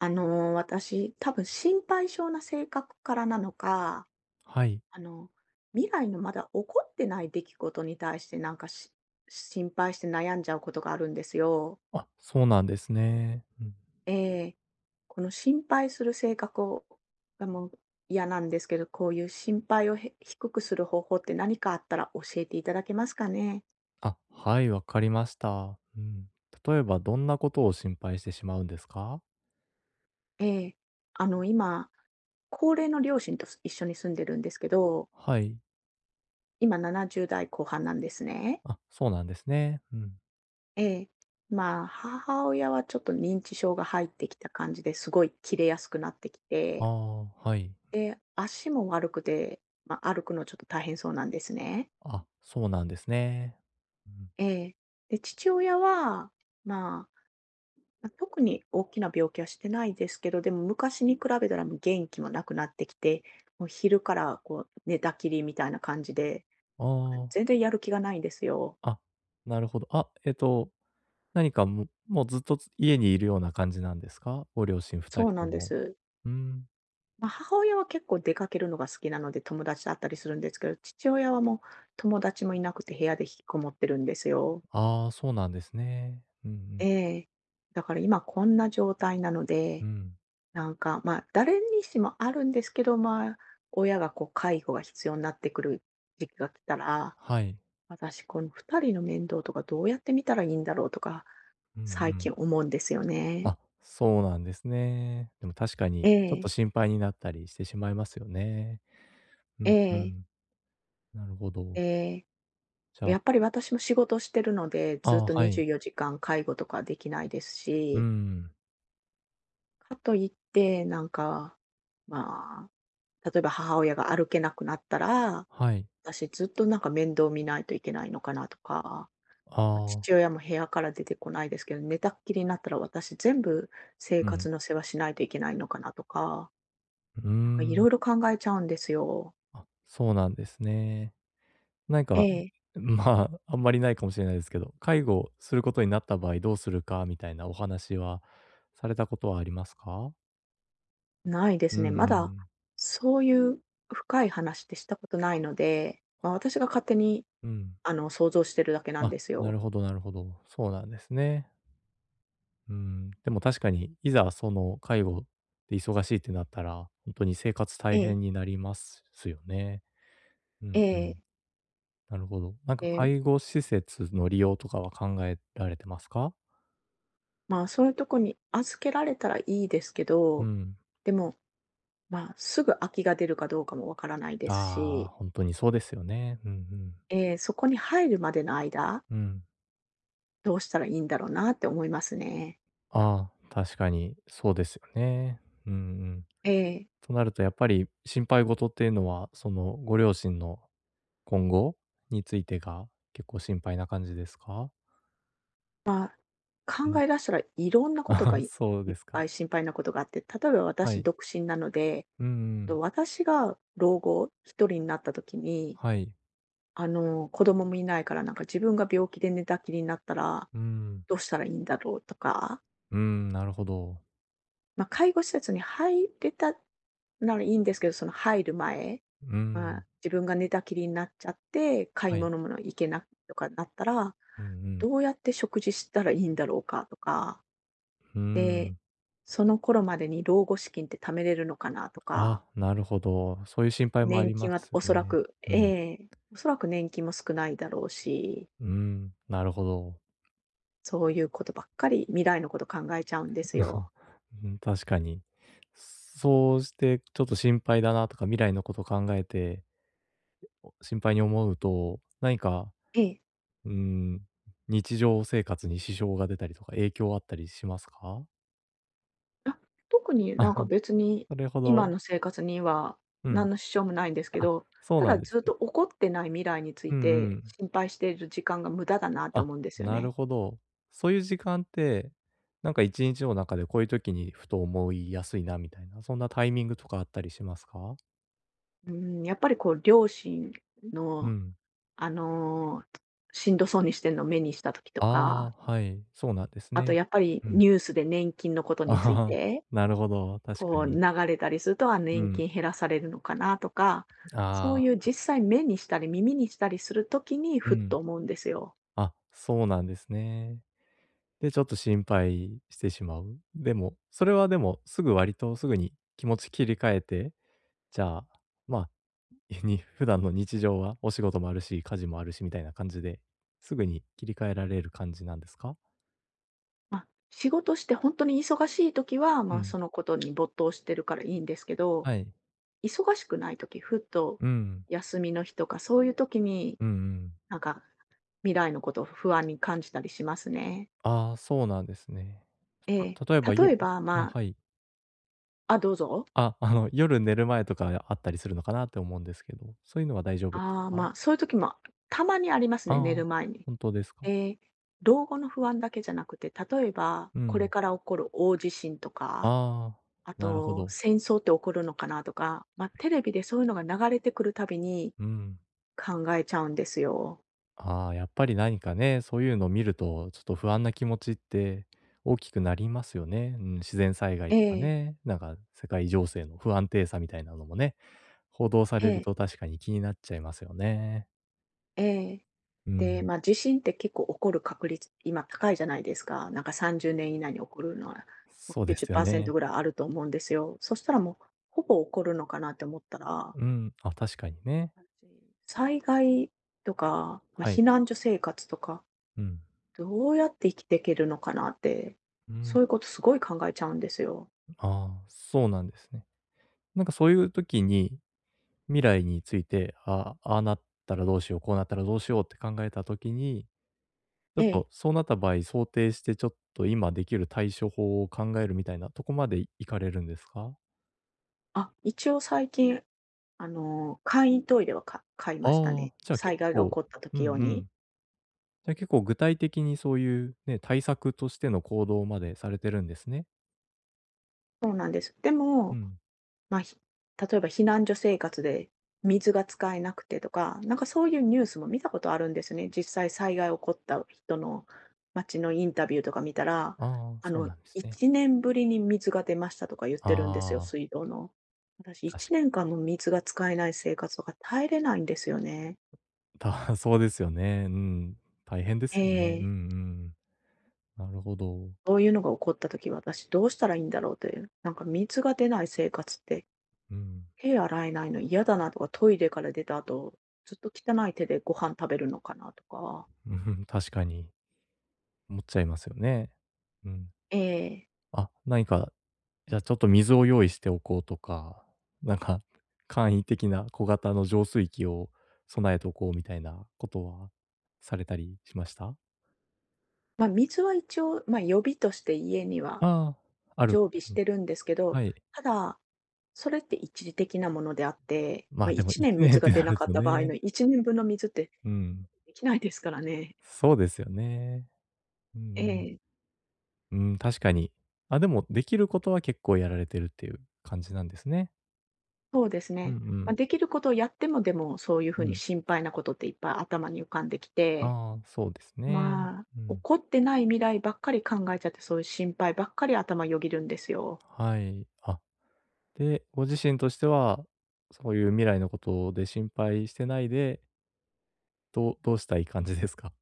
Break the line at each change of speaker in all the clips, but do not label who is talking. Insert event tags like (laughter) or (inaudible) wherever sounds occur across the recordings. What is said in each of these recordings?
私、多分心配性な性格からなのか、
はい。
あの、未来のまだ起こってない出来事に対してなんかし心配して悩んじゃうことがあるんですよ。
あ、そうなんですね。うん。
ええ。この心配する性格がもう嫌なんですけど、こういう心配を低くする方法って何かあったら教えていただけますかね？
あ、はい、わかりました。うん。例えばどんなことを心配してしまうんですか？
ええ。今、高齢の両親と一緒に住んでるんですけど、
はい。
今70代後半なんですね。
あ、そうなんですね。うん。
ええ。まあ、母親はちょっと認知症が入ってきた感じですごいキレやすくなってき
あ
て、
あ、はい。
で、足も悪くて、まあ、歩くのちょっと大変そうなんですね。
あ、そうなんですね。うん。
ええ。で、父親は、まあ、特に大きな病気はしてないですけど、でも昔に比べたらもう元気もなくなってきて、もう昼からこう寝たきりみたいな感じで、
あ
全然やる気がないんですよ。
あ、あ、なるほど。あ、何かももうずっと家にいるような感じなんですか？ご両親2
そう
人
な
と
んで
も。
す。
うん。
まあ、母親は結構出かけるのが好きなので、友達だったりするんですけど、父親はもう友達もいなくて部屋で引きこもってるんですよ。
ああ、そうなんですね。うんうん。
ええ。だから今こんな状態なの
う
で、
ん。
なんか、ま、誰にしもあるんですけど、ま、親がこう介護が必要になってくる時期が来たら、
はい。
私この2人の面倒とかどうやって見たらいいんだろうとか、
うんう
最
ん。
近思うんですよね。
あ、そうなんですね。でも確かに、
え
ちょっと
え、
心配になったりしてしまいますよね。う
え
んう
え、
ん。なるほ
え
ど。
え。
じゃあ、
やっぱり私も仕事をしてるので、
あ
ずっ
あ、
と
はい。
24時間介護とかできないです
う
し、
ん。
かといってなんか、まあ、例えば母親が歩けなくなったら、
はい。
私ずっとなんか面倒見ないといけないのかなとか、
あ
ま、
あ、
父親も部屋から出てこないですけど、寝たっきりになったら私全部生
うん。
活の世話しないといけないのかなとか、
うー
なんかい
ん。
ろいろ考えちゃうんですよ。
あ、そうなんですね。なん
え
か、
え、
(laughs) まあ、あんまりないかもしれないですけど、介護をすることになった場合どうするかみたいなお話はされたことはありますか？
ないで
う
すね。
ん
ま
う
だ、
ん。
そういう深い話ってしたことないので、まあ、私が勝手に
うん。
想像してるだけなん
あ、
です
なる
よ。
ほどなるほど。そうなんですね。うん、でも確かに、いざその介護で忙しいってなったら、本当に生活大
ええ、
変になりますよね。うん
え
う
え。
ん。なるほど。なんか介
え
護施設の利用とかは考えられてますか？
まあ、そういうとこに預けられたらいいですけ
う
ど、
ん。
でも、まあ、すぐ空きが出るかどうかもわからないです
あ
し、
あ、本当にそうですよね。うんうん。
ええ、そこに入るまでの間、
うん。
どうしたらいいんだろうなって思いますね。
ああ、確かにそうですよね。うんうん。
ええ。
となるとやっぱり心配事っていうのは、そのご両親の今後についてが結構心配な感じですか？
まあ、
う
考
ん
え出したらいろんな
(laughs)、
ことが
あ、
い
そう
いっ
ですか。
ぱい心配なことがあって、例えば
は
私
い。
独身なので、
うんうん。
と私が老後一人になった時に
はい。
子供もいないから、なんか自分が病気で寝たきりになったら、
うん。
どうしたらいいんだろうとか、
うん、なるほど。
まあ、介護施設に入れたならいいんですけど、その入る前、
う
まあ、
ん。
自分が寝たきりになっちゃって、買い
はい。
物も行けなくとかなったら、
うんうん。
どうやって食事したらいいんだろうかとか、
うー
で、
ん。
その頃までに老後資金って貯めれるのかなと
あ、
か、
なるほど、うん、はい、うん、うん、うん、あ、なるほど、そういう心配もあ
年
り
金
ま
は
す
おそら
ね。
く
うん。
ええ、おそらく年金も少ないだろうし、
うん、なるほど。
そういうことばっかり、未来のこと考えちゃうんですよ。
(laughs) うん、確かに。そうしてちょっと心配だなとか、未来のこと考えて、心配に思うと、何か、
ええ。
うん、日常生活に支障が出たりとか、影響あったりしますか？
あ、特にな
あ、
んか別に、
それほ
今
ど、
の生活には
うん。
何の支障もないんですけ
あ、
ど、
そう
た
なん
だ
です
ずっ
ね。
と起こってない未来につ
う
い
んう
て
ん。
心配している時間が無駄だなって
あ、
思うんですよ
なる
ね。
ほど。そういう時間って、なんか1日の中でこういう時にふと思いやすいなみたいな、そんなタイミングとかあったりしますか？
うーん、やっぱりこう両親
う
の、
ん。
あの、しんどそうにしてんのを目にした時と
ああ、
か、
はい、そうなんです
あと
ね。
やっぱり
うん。
ニュースで年金のこと
(laughs)
につい
ああ、
て
なるほど、確か
こう
に。
流れたりすると、あ、
う
年
ん。
金減らされるのかなとか、そう
あ
いう
あ、
実際目にしたり耳にしたりするときに
う
ふっ
ん。
と思うんですよ。
あ、そうなんですね。で、ちょっと心配してしまう。でも、それはでもすぐ、割とすぐに気持ち切り替えて、じゃあ、まあに普段の日常は、お仕事もあるし、家事もあるしみたいな感じで、すぐに切り替えられる感じなんですか？
まあ、仕事して本当に忙しいときは、
う
まあ、
ん、
そのことに没頭してるからいいんですけど、
はい。
忙しくないとき、ふっと
うん、
休みの日とかそういうときに、
うんうん。
なんか未来のことを不安に感じたりしますね。
ああ、そうなんですね。
ええ。
例えば、
例えば、ま
はい。
あ、あ、どうぞ。
あ、あの、夜寝る前とかあったりするのかなって思うんですけど、そういうのは大丈夫です
ああ、
か？
まあ、そういう時もたまにありますね、寝
ああ、
る前に。
本当ですか？
ええ、老後の不安だけじゃなくて、例えば、
う
これ
ん。
から起こる大地震とか、
ああ、
あ
なるほ
と、
ど。
戦争って起こるのかなとか、まあ、テレビでそういうのが流れてくるたびに
うん。
考えちゃうんですよ。
ああ、やっぱり何かね、そういうのを見ると、ちょっと不安な気持ちって大きくなりますよね。うん、自然災害
え
とか
え、
ね、なんか世界情勢の不安定さみたいなのもね、報道さ
え
れる
え、
と確かに気になっちゃいますよね。
ええ。
う
で、
ん、
まあ、地震って結構起こる確率、今高いじゃないですか。なんか30年以内に起こるのは、もう
そうですよ
90%
ね。
ぐらいあると思うんですよ。そしたらもう、ほぼ起こるのかなって思ったら、
うん、あ、確かにね。
災害とか、まあ、
は
避
い。
難所生活とか
うん。
どうやって生きていけるのかなって、
う
そ
ん、
ういうことすごい考えちゃうんですよ。
ああ、そうなんですね。なんかそういう時に、未来について、ああ、ああなったらどうしよう、こうなったらどうしようって考えた時に、ちょ
え
っ
え。
とそうなった場合、想定してちょっと今できる対処法を考えるみたいなとこまで行かれるんですか？
あ、一応最近、簡易トイレは買いました
あ
ね。
あ、じゃあ
災
結
害が起
構、
こった
うん
時
う
用に。
ん。じゃあ結構具体的にそういうね、対策としての行動までされてるんですね。
そうなんです。で
う
も、
ん。
まあ、例えば避難所生活で水が使えなくてとか、なんかそういうニュースも見たことあるんですね。実際災害起こった人の町のインタビューとか見たら、
ああ、
あ
そう
の、
なんですね。
1年ぶりに水が出ましたとか言ってるんですよ、
ああ、
水道の。私
確
1年
か
間も水が使えない生活とか耐えれないんですよね。
た (laughs) そうですよね。うん。大変です
え
よね。うんう
え。
ん。なるほど。
そういうのが起こった時、私どうしたらいいんだろうという、なんか水が出ない生活って
うん。
手洗えないの嫌だなとか、トイレから出た後、ずっと汚い手でご飯食べるのかなとか、
うん、確かに、思っちゃいますよね。うん。
ええ、
あ、何か、じゃあちょっと水を用意しておこうとか、なんか、簡易的な小型の浄水器を備えておこうみたいなことはされたりしました？
まあ、水は一応、まあ、予備として家には
ああ、ある
常備し
感じ、
てるんですけど、
はい。
ただ、それって一時的なものであって、
ま
まあ、
あ、でも
1
1
年
年
水
っ
が
て
出
な
な
る
かっ
と
た場合
ね、
の1年分の水って
うん、
できないですからね。
そうですよね。うんう
え
ん。
え、
うん、確かに。あ、でもできることは結構やられてるっていう感じなんですね。
そうです
うんう
ね。ま
ん、
あ、できることをやっても、でもそういう風
う
に
ん。
心配なことっていっぱい頭に浮かんできて、
ああ、そうですね。
まあ、
うん。
怒ってない未来ばっかり考えちゃって、そういう心配ばっかり頭よぎるんですよ。
はい。あ、で、ご自身としては、そういう未来のことで心配してないで、どうしたい感じですか？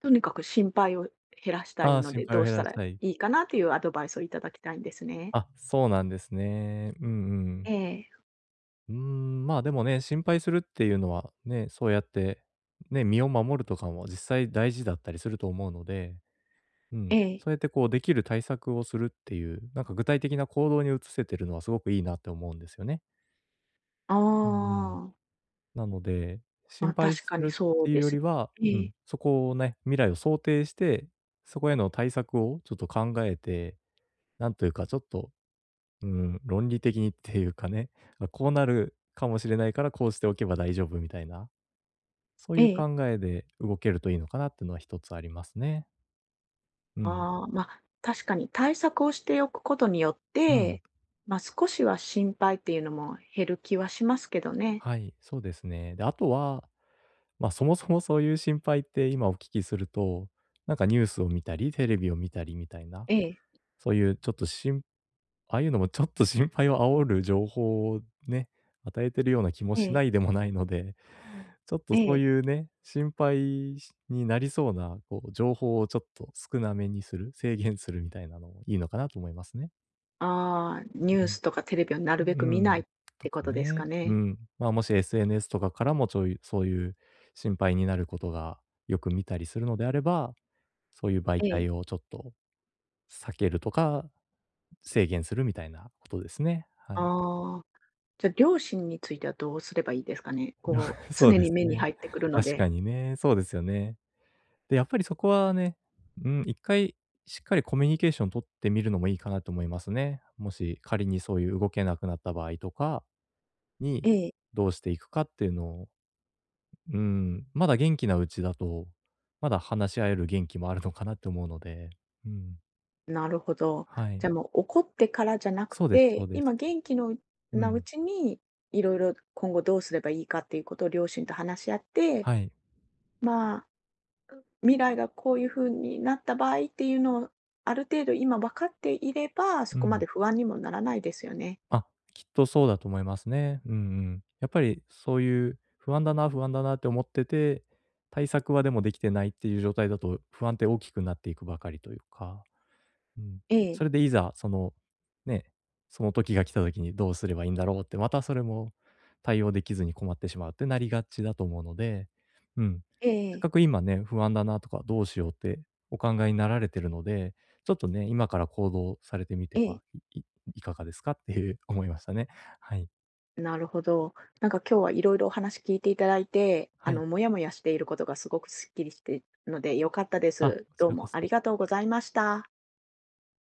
とにかく心配を減らし
(laughs)
た
あ
い
あ、
の
心
で、
配
ど
を
う
減
した
ら
ら
し
い
たい。
いかなというアドバイスをいただきたいんですね。
あ、そうなんですね。うんう
え
ん。
え、
うーん、まあ、でもね、心配するっていうのは、ね、そうやって、ね、身を守るとかも実際大事だったりすると思うので、うん、
ええ。
そうやってこうできる対策をするっていう、なんか具体的な行動に移せてるのはすごくいいなって思うんですよね。
あ
うんうん。
あ、
なので、
ま
心
あ、
配
確
す
かに
るっ
そう
ていう
で
よ
す。
りは、う
え
ん、
え、
そこをね、未来を想定して、そこへの対策をちょっと考えて、なんというかちょっと、うん、論理的にっていうかね、あ、こうなるかもしれないから、こうしておけば大丈夫みたいな、そう
え
いう考
え。
えで動けるといいのかなっていうのは一つありますね。うん。
ああ、まあ、確かに対策をしておくことによっ
うん。
て、まあ、少しは心配っていうのも減る気はしますけどね。
はい、そうですね。で、あとは、ま、そもそもそういう心配って今お聞きすると、なんかニュースを見たり、テレビを見たりみたいな、
ええ、
そういうちょっと、ああいうのもちょっと心配を煽る情報をね、与えてるような気も
え
しない
え、
でもないので、ちょっと
え
そう
え。
いうね、心配しになりそうな、こう、情報をちょっと少なめにする、制限するみたいなのもいいのかなと思いますね。
ああ、ニュ
う
ー
ん。
スとかテレビをなるべく
う
見ない
ん。
っ
と
て
か
ことですか
ね。う
ね。
ん。まあ、もし SNS とかからもちょいそういう心配になることがよく見たりするのであれば、そういう媒
ええ。
体をちょっと避けるとか、制限するみたいなことですね。はい。
ああ、じゃ、両親についてはどうすればいいですかね？こう、
(laughs) そう
常
で
に
す
目に
ね。
入ってくるの
確か
で。
にね、そうですよね。で、やっぱりそこはね、うん、一回しっかりコミュニケーション取ってみるのもいいかなと思いますね。もし仮にそういう動けなくなった場合とかに、
ええ。
どうしていくかっていうのを、うん、まだ元気なうちだと、まだ話し合える元気もあるのかなって思うので、うん、
なるほど。
はい。
じゃ、もう怒ってからじゃなく
そうですそ
て、
うです。
今元気の
う
なう
ん、
ちに、いろいろ今後どうすればいいかっていうことを両親と話し合って、
はい。
まあ、未来がこういう風になった場合っていうのを、ある程度今分かっていれば、
う
そこま
ん。
で不安にもならないですよね。
あ、きっとそうだと思いますね。うんうん。やっぱりそういう不安だな、不安だなって思ってて、対策はでもできてないっていう状態だと、不安って大きくなっていくばかりというか。うん。
え
そ
え、
れでいざ、その、ね、その時が来た時にどうすればいいんだろうって、またそれも対応できずに困ってしまうってなりがちだと思うので、うん。
えええ
せっ
え。
かく今ね、不安だなとか、どうしようってお考えになられてるので、ちょっとね、今から行動されてみ
え
て
え、
はいいいかがですかっていう思いましたね。はい。
なるほど。なんか今日はいろいろお話聞いていただいて、
はい。
もやもやしていることがすごくすっきりしているので良かったで
あ、
す。
こち
どう
らこ
もあり
そ。
がとうございました。